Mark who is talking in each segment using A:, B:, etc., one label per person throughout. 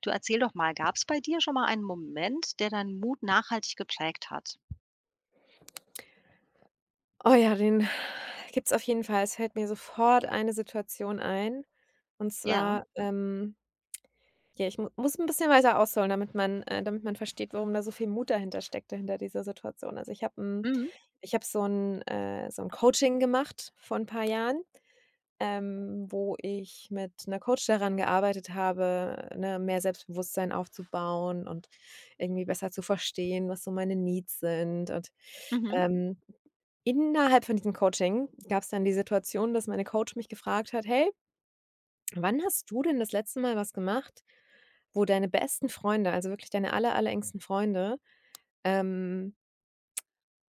A: Du, erzähl doch mal, gab es bei dir schon mal einen Moment, der deinen Mut nachhaltig geprägt hat?
B: Oh ja, den gibt's auf jeden Fall. Es fällt mir sofort eine Situation ein. Und
A: Ja.
B: zwar, ja, ich mu muss 'n bisschen weiter ausholen, damit man versteht, warum da so viel Mut dahinter steckte, hinter dieser Situation. Also,
A: Mhm.
B: ich habe so 'n Coaching gemacht vor 'n paar Jahren, wo ich mit 'ner Coach daran gearbeitet habe, ne, mehr Selbstbewusstsein aufzubauen und irgendwie besser zu verstehen, was so meine Needs sind, und
A: Mhm.
B: ähm innerhalb von diesem Coaching gab es dann die Situation, dass meine Coach mich gefragt hat: „Hey, wann hast du denn das letzte Mal was gemacht, wo deine besten Freunde, also wirklich deine allerengsten Freunde, ähm,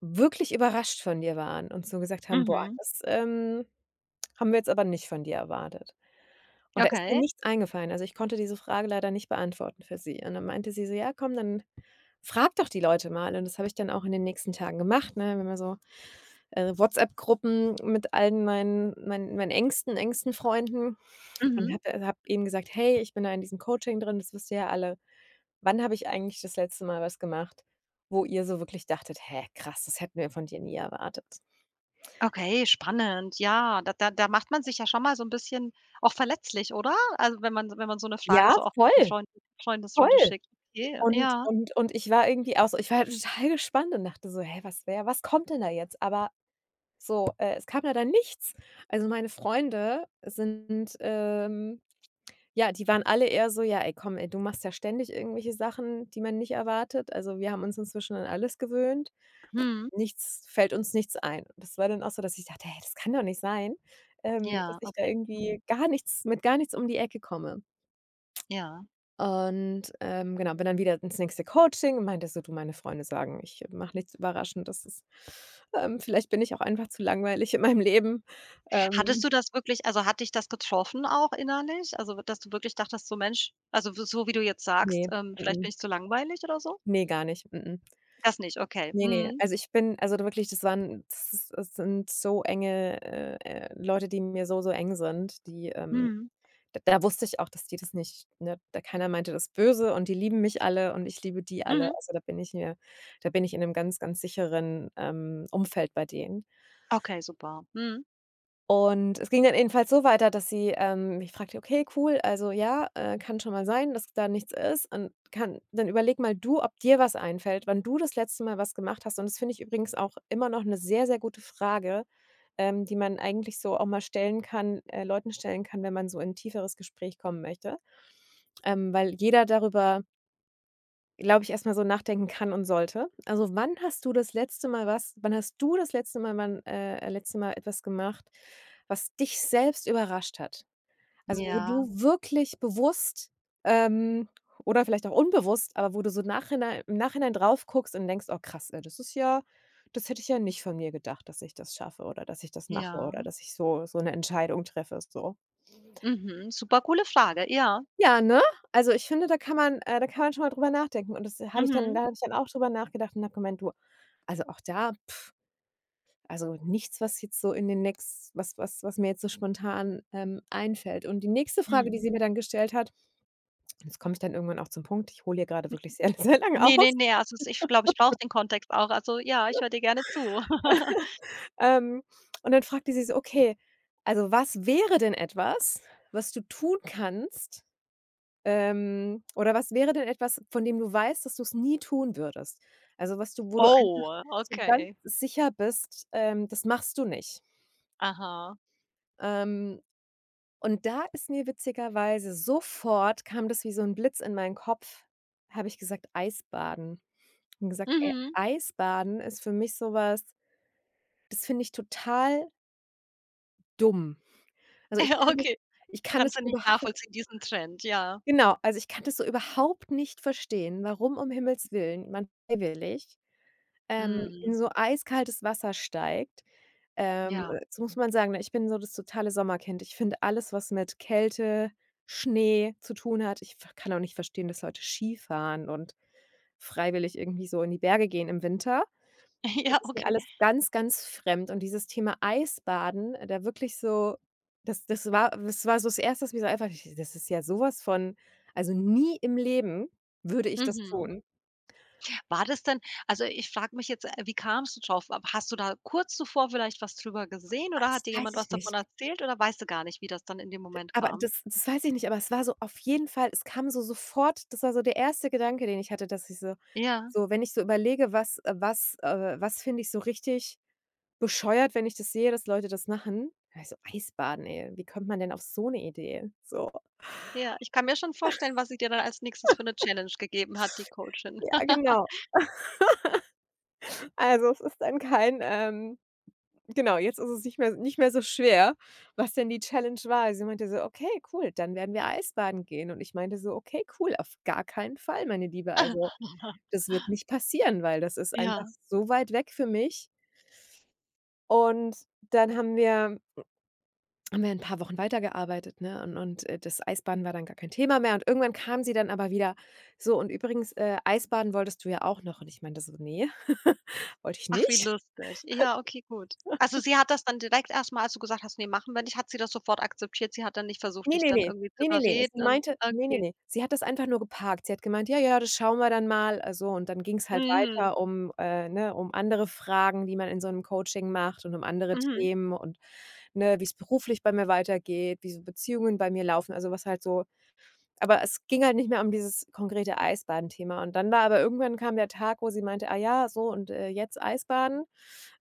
B: wirklich überrascht von dir waren und so gesagt haben: ‚Boah,
A: Mhm.
B: das, haben wir jetzt aber nicht von dir erwartet.'" Und da ist mir
A: Okay.
B: nichts eingefallen. Also, ich konnte diese Frage leider nicht beantworten für sie. Und dann meinte sie so: „Ja, komm, dann frag doch die Leute mal." Und das habe ich dann auch in den nächsten Tagen gemacht, ne? Bin mal so WhatsApp-Gruppen mit allen meinen engsten, engsten Freunden und
A: Mhm.
B: habe eben gesagt: „Hey, ich bin da in diesem Coaching drin, das wisst ihr ja alle. Wann habe ich eigentlich das letzte Mal was gemacht, wo ihr so wirklich dachtet: ‚Hä, krass, das hätten wir von dir nie erwartet?'"
A: Okay, spannend. Ja, da macht man sich ja schon mal so ein bisschen auch verletzlich, oder? Also, wenn man so eine Frage
B: Ja,
A: so auch in
B: voll,
A: die Freundesrunde
B: voll.
A: schickt. Okay,
B: Und
A: ja.
B: und und ich war irgendwie auch so ich war halt total gespannt und dachte so: „Hä, was kommt denn da jetzt?" Aber so, es kam da dann nichts. Also, meine Freunde sind, ja, die waren alle eher so: „Ja, ey, komm, ey, du machst ja ständig irgendwelche Sachen, die man nicht erwartet." Also, wir haben uns inzwischen an alles gewöhnt.
A: Mhm.
B: Nichts fällt uns, nichts ein. Das war dann auch so, dass ich dachte: „Hey, das kann doch nicht sein,
A: Ja,
B: dass ich da
A: okay. Mhm.
B: irgendwie gar nichts mit gar nichts um die Ecke komme."
A: Ja.
B: Und, genau, bin dann wieder ins nächste Coaching und meinte so: „Du, meine Freunde sagen, ich mache nichts überraschend. Das ist vielleicht bin ich auch einfach zu langweilig in meinem Leben."
A: Hattest
B: Ähm,
A: du das wirklich, also, hat dich das getroffen auch innerlich? Also, dass du wirklich dachtest so: „Mensch“, also, so wie du jetzt sagst,
B: ne,
A: „Vielleicht
B: mm,
A: bin ich zu langweilig“ oder so?
B: ne, gar nicht, mm. Mm.
A: Das nicht, okay.
B: Ne, ne.
A: Mhm.
B: Also, ich bin, also, da wirklich, das waren das ist das sind so enge, Leute, die mir so, so eng sind, die,
A: Mhm.
B: da wusste ich auch, dass die das nicht, ne, da keiner meinte das böse und die lieben mich alle und ich liebe die alle.
A: Mhm.
B: Also, da bin ich in 'nem ganz, ganz sicheren, Umfeld bei denen.
A: Okay, super. Mhm.
B: Und es ging dann jedenfalls so weiter, dass sie, mich fragte: „Okay, cool, also ja, kann schon mal sein, dass da nichts ist, und kann dann, überleg mal du, ob dir was einfällt, wann du das letzte Mal was gemacht hast." Und das finde ich übrigens auch immer noch eine sehr, sehr gute Frage, die man eigentlich so auch mal stellen kann Leuten stellen kann, wenn man so in 'n tieferes Gespräch kommen möchte, weil jeder darüber, glaube ich, erstmal so nachdenken kann und sollte. Also, wann hast du das letzte Mal etwas gemacht, was dich selbst überrascht hat? Also, wo
A: Ja,
B: du wirklich bewusst, ähm, oder vielleicht auch unbewusst, aber wo du so nachhinein im Nachhinein drauf guckst und denkst: „Oh krass, das hätte ich ja nicht von mir gedacht, dass ich das schaffe oder dass ich das mache oder
A: ja.
B: dass ich so so eine Entscheidung treffe", so?
A: Mhm. Super coole Frage, ja.
B: Ja, ne? Also, ich finde, da kann man schon mal drüber nachdenken, und das habe ich dann
A: Mhm.
B: da habe ich dann auch drüber nachgedacht und habe gemeint: „Du, also, auch da, also, nichts, was jetzt so in den nächsten, was was was mir jetzt so spontan, einfällt." Und die nächste Frage, die
A: Mhm.
B: sie mir dann gestellt hat, und jetzt komme ich dann irgendwann auch zum Punkt, ich hole hier gerade wirklich sehr, sehr lang
A: Ne, ne,
B: aus,
A: ne, also s ich glaube, ich brauche den Kontext auch. Also ja, ich höre dir gerne zu.
B: ähm, und dann fragte sie so: „Okay, also, was wäre denn etwas, was du tun kannst, ähm, oder was wäre denn etwas, von dem du weißt, dass du's nie tun würdest? Also, was du wo du einfach
A: Oh,
B: so ganz
A: okay.
B: sicher bist, das machst du nicht.
A: Aha.
B: Ähm, und da ist mir witzigerweise sofort, kam das wie so 'n Blitz in meinen Kopf, habe ich gesagt: „Eisbaden." Und gesagt: „Ey,
A: Mhm.
B: Eisbaden ist für mich so was, das finde ich total dumm." Also,
A: Ja, okay.
B: ich kann das
A: Kannst du nicht
B: überhau
A: nachvollziehen, diesen Trend, ja.
B: genau, also, ich kann das so überhaupt nicht verstehen, warum um Himmels Willen man freiwillig,
A: Mhm.
B: in so eiskaltes Wasser steigt.
A: Ja.
B: Jetzt muss man sagen, ne, ich bin so das totale Sommerkind. Ich finde alles, was mit Kälte, Schnee zu tun hat, ich v kann auch nicht verstehen, dass Leute Skifahren und freiwillig irgendwie so in die Berge gehen im Winter.
A: Ja,
B: Das ist mir
A: okay.
B: alles ganz, ganz fremd, und dieses Thema Eisbaden, da wirklich so, das war so das Erste, was mir so einfach, das ist ja sowas von, also, nie im Leben würde ich das
A: Mhm.
B: tun.
A: War das denn Also, ich frage mich jetzt, wie kamst du drauf? W Hast du da kurz zuvor vielleicht was drüber gesehen
B: Ah,
A: oder
B: das
A: hat dir
B: weiß
A: jemand was
B: ich
A: davon
B: nicht.
A: erzählt oder weißt du gar nicht, wie das dann in dem Moment
B: Aber
A: kam?
B: das weiß ich nicht, aber es war so, auf jeden Fall, es kam so sofort, das war so der erste Gedanke, den ich hatte, dass ich so,
A: Ja,
B: so, wenn ich so überlege, was finde ich so richtig bescheuert, wenn ich das sehe, dass Leute das machen. Da war ich so: „Eisbaden, ey, wie kommt man denn auf so 'ne Idee?" So,
A: ja, ich kann mir schon vorstellen, was sie dir dann als Nächstes für 'ne Challenge gegeben hat, die Coachin.
B: ja, genau. Also, es ist dann kein, genau, jetzt ist es nicht mehr so schwer, was denn die Challenge war. Sie meinte so: „Okay, cool, dann werden wir Eisbaden gehen." Und ich meinte so: „Okay, cool, auf gar keinen Fall, meine Liebe." Also, das wird nicht passieren, weil das ist einfach
A: Ja.
B: so weit weg für mich. Und dann haben wir 'n paar Wochen weitergearbeitet, ne? Und das Eisbaden war dann gar kein Thema mehr. Und irgendwann kam sie dann aber wieder: „So, und übrigens, Eisbaden wolltest du ja auch noch." Und ich meinte so: „Ne, wollte ich
A: Ach, wie
B: nicht."
A: lustig. Ja, okay, gut. Also, sie hat das dann direkt, erst mal als du gesagt hast: „Ne, machen wir nicht“, hat sie das sofort akzeptiert. Sie hat dann nicht versucht,
B: Ne,
A: dich
B: ne,
A: dann
B: ne.
A: irgendwie zu
B: Ne, ne, ne. Sie
A: überreden und
B: meinte, ne, ne,
A: okay.
B: ne. Sie hat das einfach nur geparkt. Sie hat gemeint: „Ja, ja, das schauen wir dann mal." So, und dann ging's halt
A: Mhm,
B: weiter um andere Fragen, die man in so 'nem Coaching macht, und um andere
A: mhm.
B: Themen und, ne, wie's beruflich bei mir weitergeht, wie so Beziehungen bei mir laufen, also was halt so. Aber es ging halt nicht mehr um dieses konkrete Eisbaden-Thema, und dann war aber irgendwann kam der Tag, wo sie meinte: „Ah ja, so, und, jetzt Eisbaden,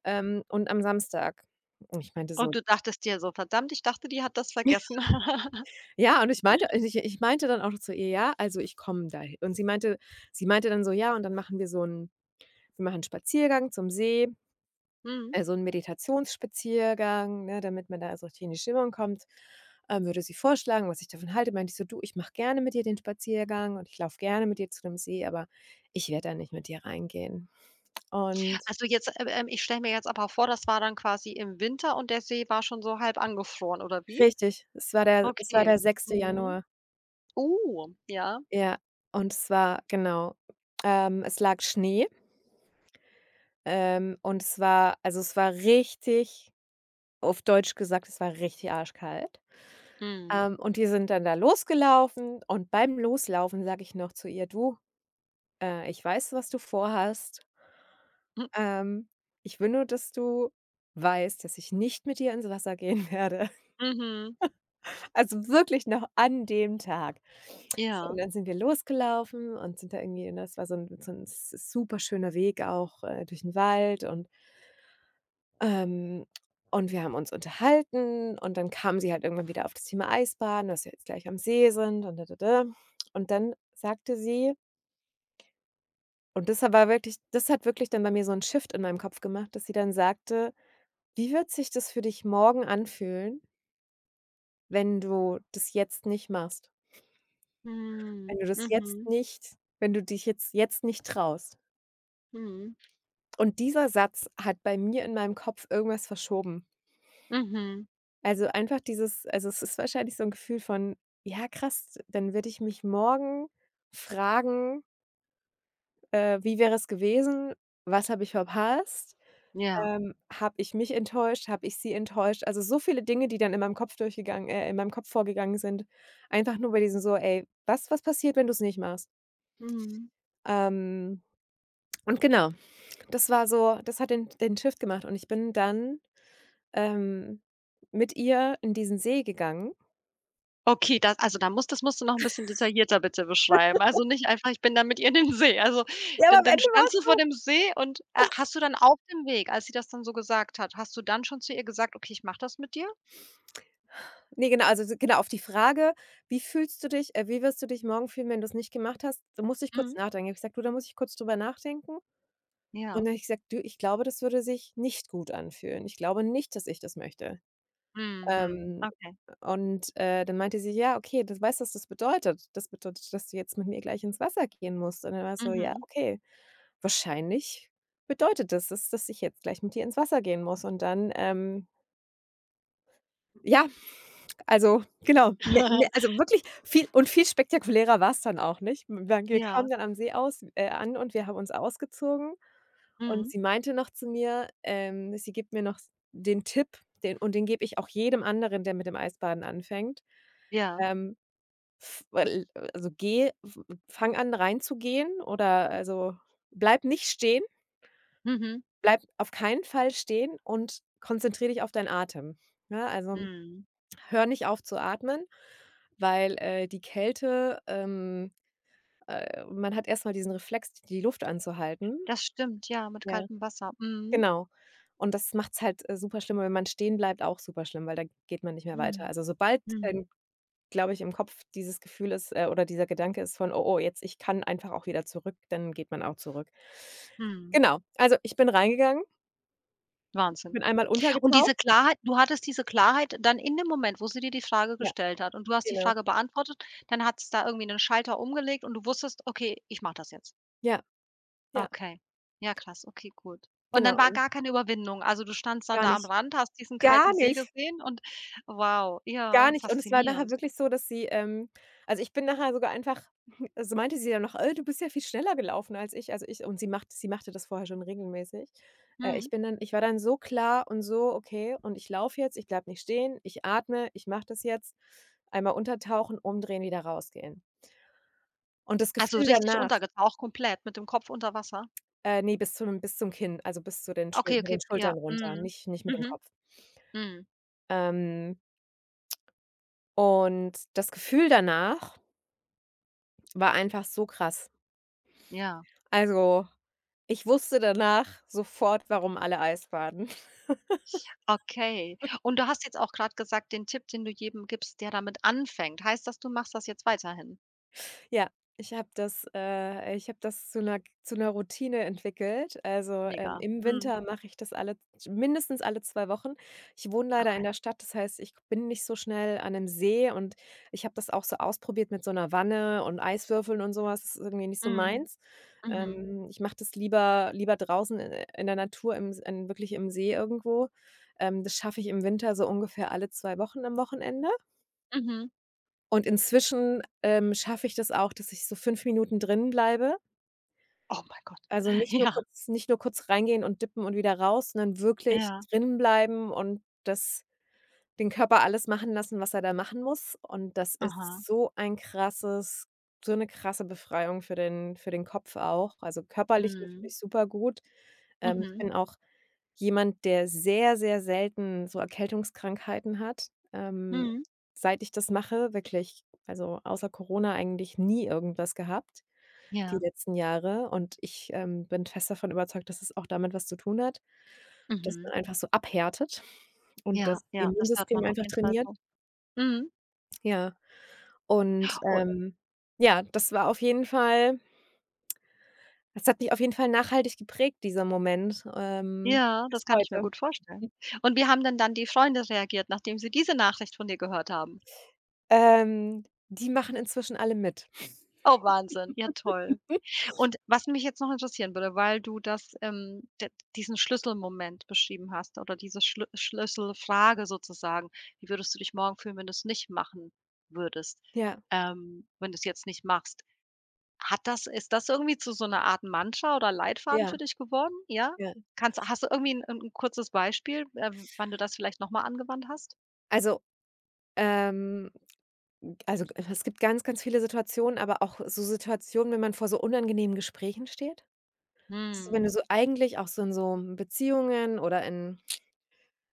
B: und am Samstag." Und ich meinte so
A: Und du dachtest dir so: „Verdammt, ich dachte, die hat das vergessen.“
B: Ja, und ich meinte dann auch zu ihr: „Ja, also, ich komme dahi“ und sie meinte dann so: „Ja, und dann machen wir so 'n wir machen 'n Spaziergang zum See,
A: Mhm.
B: also so Meditationsspaziergang, ne, damit man da so richtig in die Stimmung kommt." Würde sie vorschlagen, was ich davon halte. Meinte ich so: „Du, ich mache gerne mit dir den Spaziergang und ich laufe gerne mit dir zu dem See, aber ich werde da nicht mit dir reingehen." Und
A: Also jetzt, ich stelle mir jetzt aber vor, das war dann quasi im Winter und der See war schon so halb angefroren, oder wie?
B: richtig, es war der es war
A: Okay.
B: der sechste
A: Mhm.
B: Januar.
A: Oh, ja.
B: Ja, und es war, genau, es lag Schnee. Und es war, also, es war richtig, auf Deutsch gesagt, es war richtig arschkalt.
A: Mhm.
B: Und die sind dann da losgelaufen, und beim Loslaufen sage ich noch zu ihr: „Du, ich weiß, was du vorhast.
A: M
B: Ähm, ich will nur, dass du weißt, dass ich nicht mit dir ins Wasser gehen werde."
A: mhm.
B: Also, wirklich noch an dem Tag. So, und
A: Ja.
B: dann sind wir losgelaufen und sind da irgendwie, ne, es war so ein so 'n s superschöner Weg auch, durch den Wald und, Ähm, und wir haben uns unterhalten, und dann kam sie halt irgendwann wieder auf das Thema Eisbaden, dass wir jetzt gleich am See sind und dada. Und dann sagte sie Und das war wirklich, das hat wirklich dann bei mir so 'n Shift in meinem Kopf gemacht, dass sie dann sagte: „Wie wird sich das für dich morgen anfühlen, wenn du das jetzt nicht machst?
A: Mhm. Mhm.
B: Wenn du dich jetzt nicht traust?"
A: Mhm.
B: Und dieser Satz hat bei mir in meinem Kopf irgendwas verschoben.
A: Mhm.
B: Also, einfach dieses, also, es ist wahrscheinlich so ein Gefühl von: „Ja, krass, dann würde ich mich morgen fragen, wie wäre es gewesen? Was habe ich verpasst?
A: Ja.
B: Habe ich mich enttäuscht? Habe ich sie enttäuscht?" Also, so viele Dinge, die dann in meinem Kopf durchgegangen in meinem Kopf vorgegangen sind, einfach nur bei diesem so: "Ey, was passiert, wenn du es nicht machst?"
A: Mhm.
B: Ähm, und genau, das war so das hat den Shift gemacht und ich bin dann, ähm, mit ihr in diesen See gegangen.
A: Okay, das, also da muss das musst du noch ein bisschen detaillierter bitte beschreiben. Also nicht einfach: „Ich bin da mit ihr in den See.“ Also,
B: Ja, aber
A: dann
B: am
A: dann
B: Ende
A: standst du vor dem See und, hast du dann auf dem Weg, als sie das dann so gesagt hat, hast du dann schon zu ihr gesagt: „Okay, ich mache das mit dir?“
B: ne, genau, also so genau, auf die Frage: "Wie fühlst du dich wie wirst du dich morgen fühlen, wenn du's nicht gemacht hast?" Da musste ich kurz
A: Mhm.
B: nachdenken. Da habe ich gesagt: "Du, da muss ich kurz drüber nachdenken." Und
A: Ja.
B: dann habe ich gesagt: "Du, ich glaube, das würde sich nicht gut anfühlen. Ich glaube nicht, dass ich das möchte."
A: Mhm.
B: Ähm,
A: Okay.
B: und, dann meinte sie: "Ja, okay, du weißt, was das bedeutet. Das bedeutet, dass du jetzt mit mir gleich ins Wasser gehen musst." Und dann war ich so: "Ja,
A: Mhm.
B: okay, wahrscheinlich bedeutet das, dass ich jetzt gleich mit dir ins Wasser gehen muss." Und dann, ja, also, genau, also wirklich viel und viel spektakulärer war's dann auch nicht. Weil wir
A: Ja.
B: kamen dann am See aus an und wir haben uns ausgezogen und
A: Mhm.
B: sie meinte noch zu mir, sie gibt mir noch s den Tipp, den und den gebe ich auch jedem anderen, der mit dem Eisbaden anfängt.
A: Ja.
B: Ähm, f weil also geh f Fang an, reinzugehen, oder also bleib nicht stehen,
A: Mhm.
B: bleib auf keinen Fall stehen und konzentriere dich auf deinen Atem. Ne, also
A: Mhm.
B: hör nicht auf zu atmen, weil, die Kälte, man hat erst mal diesen Reflex, die Luft anzuhalten.
A: Das stimmt, ja, mit
B: Ja,
A: kaltem Wasser. Mhm.
B: genau. Und das macht's halt, super schlimm. Und wenn man stehen bleibt, auch super schlimm, weil da geht man nicht mehr weiter.
A: Mhm.
B: Also, sobald
A: Mhm.
B: dann, glaube ich, im Kopf dieses oder dieser Gedanke ist von: "Oh, oh, jetzt ich kann einfach auch wieder zurück", dann geht man auch zurück.
A: Mhm.
B: Genau. Also, ich bin reingegangen,
A: Wahnsinn.
B: bin einmal
A: Und diese
B: untergetaucht.
A: Klarheit, du hattest diese Klarheit dann in dem Moment, wo sie dir die Frage
B: Ja,
A: gestellt hat und du hast die
B: genau.
A: Frage beantwortet, dann hat es da irgendwie einen Schalter umgelegt und du wusstest: „Okay, ich mache das jetzt.“
B: Ja, ja,
A: Okay. Ja, krass. Okay, gut. Und dann
B: genau
A: war
B: und
A: gar keine Überwindung. Also, du standst dann
B: gar
A: da am
B: nicht
A: Rand, hast diesen kalten
B: gar
A: See
B: nicht.
A: gesehen und wow,
B: Gar
A: ja,
B: nicht. Und es war nachher
A: faszinierend.
B: wirklich so, dass sie also, ich bin nachher sogar einfach so meinte sie dann noch: "Äh, du bist ja viel schneller gelaufen als ich." Also, ich und sie machte das vorher schon regelmäßig.
A: Mhm.
B: Ich war dann so klar und so: "Okay, und ich laufe jetzt, ich bleib nicht stehen, ich atme, ich mache das jetzt." Einmal untertauchen, umdrehen, wieder rausgehen. Und das
A: Also,
B: Gefühl
A: richtig
B: danach
A: untergetaucht, komplett mit dem Kopf unter Wasser?
B: ne, bis zum Kinn, also, bis zu den Schul
A: Okay,
B: mit
A: okay,
B: den
A: ja.
B: Schultern runter,
A: Mhm.
B: nicht mit dem
A: Mhm.
B: Kopf.
A: Mhm.
B: Ähm, und das Gefühl danach war einfach so krass.
A: Ja,
B: Also, ich wusste danach sofort, warum alle Eis baden.
A: okay. Und du hast jetzt auch gerade gesagt, den Tipp, den du jedem gibst, der damit anfängt. Heißt das, du machst das jetzt weiterhin?
B: Ja, ich habe das zu einer zu 'ner Routine entwickelt. Also,
A: Mega.
B: im
A: Mhm.
B: Winter mache ich das alle mindestens alle 2 Wochen. Ich wohne leider in
A: Okay.
B: der Stadt, das heißt, ich bin nicht so schnell an einem See, und ich habe das auch so ausprobiert mit so einer Wanne und Eiswürfeln und so was. Das ist irgendwie nicht so mhm,
A: Mhm.
B: meins.
A: Mhm.
B: Ich mache das lieber draußen i in der Natur, im in wirklich im See irgendwo. Das schaffe ich im Winter so ungefähr alle 2 Wochen am Wochenende.
A: Mhm.
B: Und inzwischen, schaffe ich das auch, dass ich so 5 Minuten drin bleibe.
A: Oh mein Gott.
B: Also,
A: Ja,
B: nicht nur kurz reingehen und dippen und wieder raus, sondern wirklich
A: ja.
B: drin bleiben und das den Körper alles machen lassen, was er da machen muss, und das
A: Aha.
B: ist so ein krasses so eine krasse Befreiung für den Kopf auch. Also, körperlich
A: Mhm.
B: natürlich supergut. Ich
A: Mhm.
B: bin auch jemand, der sehr, sehr selten so Erkältungskrankheiten hat.
A: Mhm.
B: Seit ich das mache, wirklich, also, außer Corona eigentlich nie irgendwas gehabt die
A: Ja.
B: letzten Jahre, und ich, bin fest davon überzeugt, dass es auch damit was zu tun hat, dass
A: Mhm.
B: man einfach so abhärtet und
A: Ja,
B: das
A: ja, das hört man
B: Immunsystem
A: auf
B: einfach
A: jeden Fall
B: trainiert.
A: so. Mhm.
B: Ja, und, ja, das hat mich auf jeden Fall nachhaltig geprägt, dieser Moment,
A: Ja, das
B: bis
A: kann ich mir
B: heute.
A: gut vorstellen.
B: Hm,
A: Und wie haben denn dann die Freunde reagiert, nachdem sie diese Nachricht von dir gehört haben?
B: ähm, die machen inzwischen alle mit.
A: Oh, Wahnsinn. Ja, toll. Und was mich jetzt noch interessieren würde, weil du das, d diesen Schlüsselmoment beschrieben hast oder diese Schlüsselfrage sozusagen: „Wie würdest du dich morgen fühlen, wenn du es nicht machen würdest,
B: Ja,
A: wenn du es jetzt nicht machst?“ Hat das Ist das irgendwie zu so einer Art Mantra oder Leitfaden
B: ja,
A: für dich geworden? Ja?
B: ja.
A: Kannst Hast du irgendwie ein 'n kurzes Beispiel, wann du das vielleicht noch mal angewandt hast?
B: Also, ähm also, es gibt ganz, ganz viele Situationen, aber auch so Situationen, wenn man vor so unangenehmen Gesprächen steht. So, wenn
A: Mhm.
B: du so eigentlich auch so in so Beziehungen oder in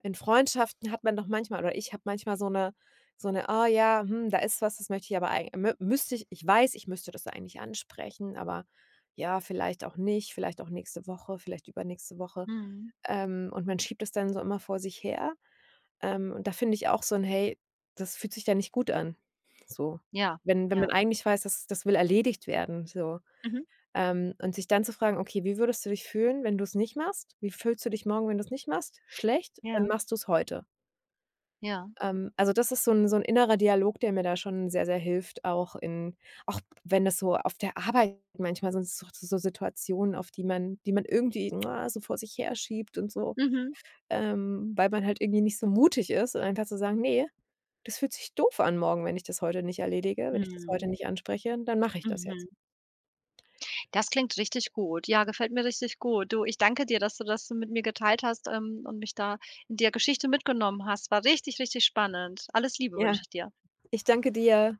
B: In Freundschaften hat man doch manchmal, oder ich habe manchmal so eine, oh ja, hm, da ist was, das möchte ich aber eigentlich müsste ich ich weiß, ich müsste das eigentlich ansprechen, aber ja, vielleicht auch nicht, vielleicht auch nächste Woche, vielleicht übernächste Woche."
A: Mhm.
B: Und man schiebt es dann so immer vor sich her. Und da finde ich auch so ein, "Hey, das fühlt sich ja nicht gut an." So,
A: Ja,
B: wenn
A: ja.
B: man eigentlich weiß, dass das will erledigt werden, so.
A: Mhm.
B: Und sich dann zu fragen: "Okay, wie würdest du dich fühlen, wenn du es nicht machst? Wie fühlst du dich morgen, wenn du es nicht machst? Schlecht, dann
A: Ja,
B: machst du es heute."
A: ja.
B: Ähm, also das ist so 'n innerer Dialog, der mir da schon sehr, sehr hilft, auch in auch wenn das so auf der Arbeit manchmal sind es so so Situationen, auf die man irgendwie, na, so vor sich herschiebt und so,
A: Mhm.
B: weil man halt irgendwie nicht so mutig ist und einfach zu sagen: "Ne, das fühlt sich doof an morgen, wenn ich das heute nicht erledige, wenn ich das heute
A: Mhm.
B: nicht anspreche, dann mache ich das jetzt."
A: Mhm. Das klingt richtig gut. Ja, gefällt mir richtig gut. Du, ich danke dir, dass du das so mit mir geteilt hast, und mich da in der Geschichte mitgenommen hast. War richtig, richtig spannend. Alles Liebe
B: Ja,
A: wünsche ich dir.
B: ich danke dir.